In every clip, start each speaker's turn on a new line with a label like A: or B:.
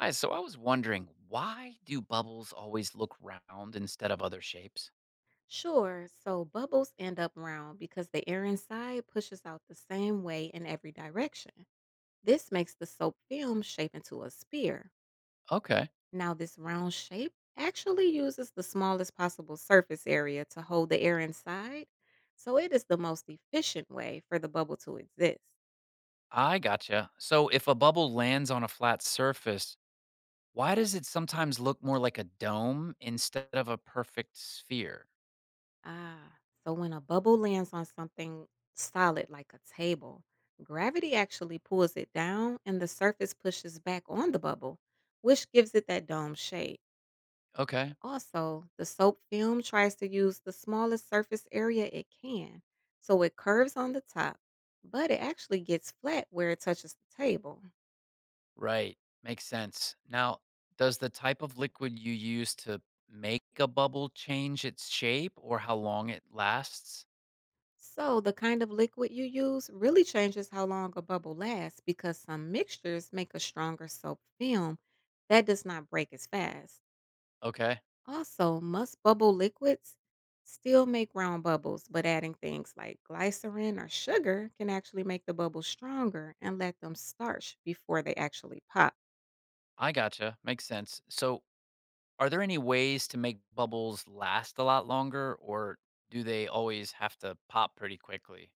A: Hi, so I was wondering, why do bubbles always look round instead of other shapes?
B: Sure. So bubbles end up round because the air inside pushes out the same way in every direction. This makes the soap film shape into a sphere.
A: Okay,
B: Now, this round shape actually uses the smallest possible surface area to hold the air inside, so it is the most efficient way for the bubble to exist.
A: I gotcha. So if a bubble lands on a flat surface, why does it sometimes look more like a dome instead of a perfect sphere?
B: Ah, so when a bubble lands on something solid like a table, gravity actually pulls it down and the surface pushes back on the bubble, which gives it that dome shape.
A: Okay,
B: Also, the soap film tries to use the smallest surface area it can, so it curves on the top, but it actually gets flat where it touches the table.
A: right. Makes sense. Now, does the type of liquid you use to make a bubble change its shape or how long it lasts?
B: So, the kind of liquid you use really changes how long a bubble lasts because some mixtures make a stronger soap film that does not break as fast.
A: Okay,
B: Also, most bubble liquids still make round bubbles, but adding things like glycerin or sugar can actually make the bubbles stronger and let them starch before they actually pop.
A: I gotcha. Makes sense. So are there any ways to make bubbles last a lot longer, or do they always have to pop pretty quickly?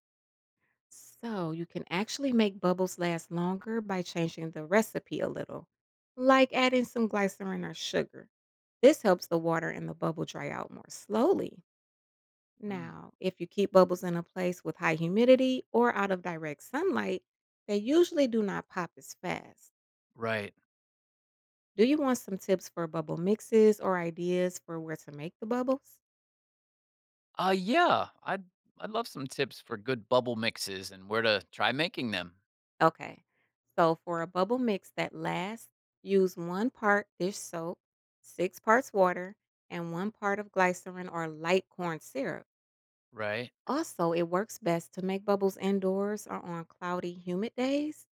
B: So, you can actually make bubbles last longer by changing the recipe a little, like adding some glycerin or sugar. This helps the water in the bubble dry out more slowly.
A: Mm,
B: Now, if you keep bubbles in a place with high humidity or out of direct sunlight, they usually do not pop as fast.
A: right.
B: Do you want some tips for bubble mixes or ideas for where to make the bubbles?
A: Yeah, I'd love some tips for good bubble mixes and where to try making them.
B: Okay. So for a bubble mix that lasts, use 1 part dish soap, 6 parts water, and 1 part of glycerin or light corn syrup.
A: Right.
B: Also, it works best to make bubbles indoors or on cloudy, humid days.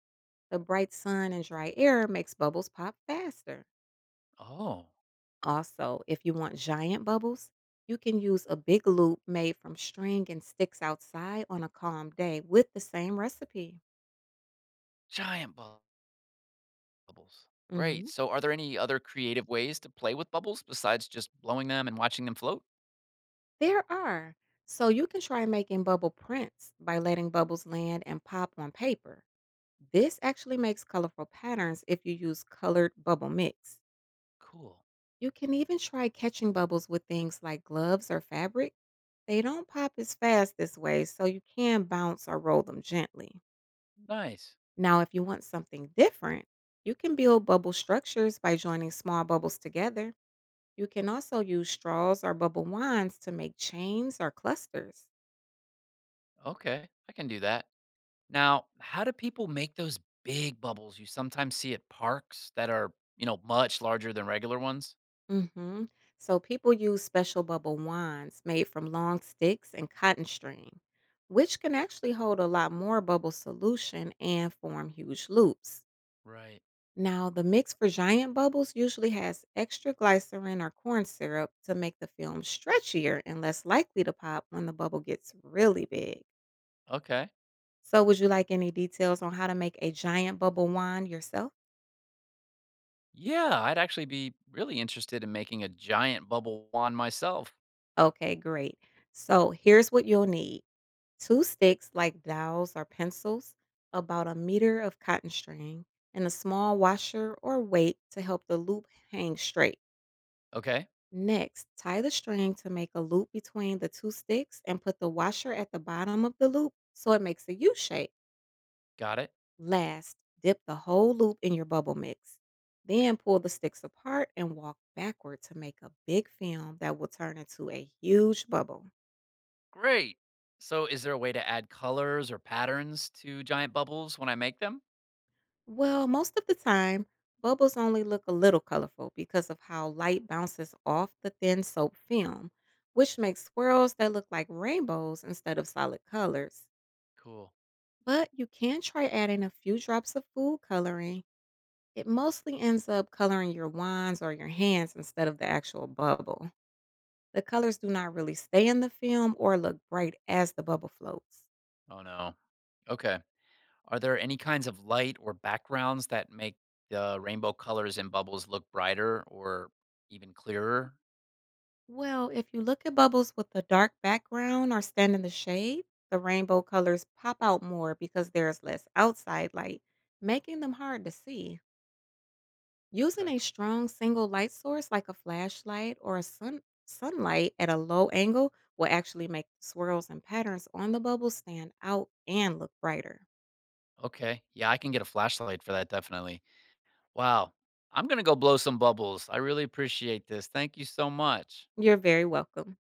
B: The bright sun and dry air makes bubbles pop faster.
A: Oh,
B: Also, if you want giant bubbles, you can use a big loop made from string and sticks outside on a calm day with the same recipe.
A: giant bu- bubbles. Great.
B: Mhm.
A: So, are there any other creative ways to play with bubbles besides just blowing them and watching them float?
B: There are. So you can try making bubble prints by letting bubbles land and pop on paper. This actually makes colorful patterns if you use colored bubble mix.
A: Cool.
B: You can even try catching bubbles with things like gloves or fabric. They don't pop as fast this way, so you can bounce or roll them gently.
A: Nice.
B: Now, if you want something different, you can build bubble structures by joining small bubbles together. You can also use straws or bubble wands to make chains or clusters.
A: Okay, I can do that. Now, how do people make those big bubbles you sometimes see at parks that are, much larger than regular ones?
B: hmm So people use special bubble wands made from long sticks and cotton string, which can actually hold a lot more bubble solution and form huge loops.
A: Right.
B: Now, the mix for giant bubbles usually has extra glycerin or corn syrup to make the film stretchier and less likely to pop when the bubble gets really big.
A: Okay.
B: So, would you like any details on how to make a giant bubble wand yourself?
A: Yeah, I'd actually be really interested in making a giant bubble wand myself.
B: Okay, great. So, here's what you'll need: two sticks like dowels or pencils, about a meter of cotton string, and a small washer or weight to help the loop hang straight.
A: Okay.
B: Next, tie the string to make a loop between the two sticks and put the washer at the bottom of the loop so it makes a U shape.
A: Got it.
B: Last, dip the whole loop in your bubble mix. Then pull the sticks apart and walk backward to make a big film that will turn into a huge bubble.
A: Great. So, is there a way to add colors or patterns to giant bubbles when I make them?
B: Well, most of the time, bubbles only look a little colorful because of how light bounces off the thin soap film, which makes swirls that look like rainbows instead of solid colors.
A: Cool.
B: But you can try adding a few drops of food coloring. It mostly ends up coloring your wands or your hands instead of the actual bubble. The colors do not really stay in the film or look bright as the bubble floats.
A: Oh, no. Okay. Are there any kinds of light or backgrounds that make the rainbow colors in bubbles look brighter or even clearer?
B: Well, if you look at bubbles with a dark background or stand in the shade, the rainbow colors pop out more because there's less outside light, making them hard to see. Using a strong single light source like a flashlight or a sunlight at a low angle will actually make the swirls and patterns on the bubbles stand out and look brighter.
A: Okay. Yeah, I can get a flashlight for that, definitely. Wow. I'm going to go blow some bubbles. I really appreciate this. Thank you so much.
B: You're very welcome.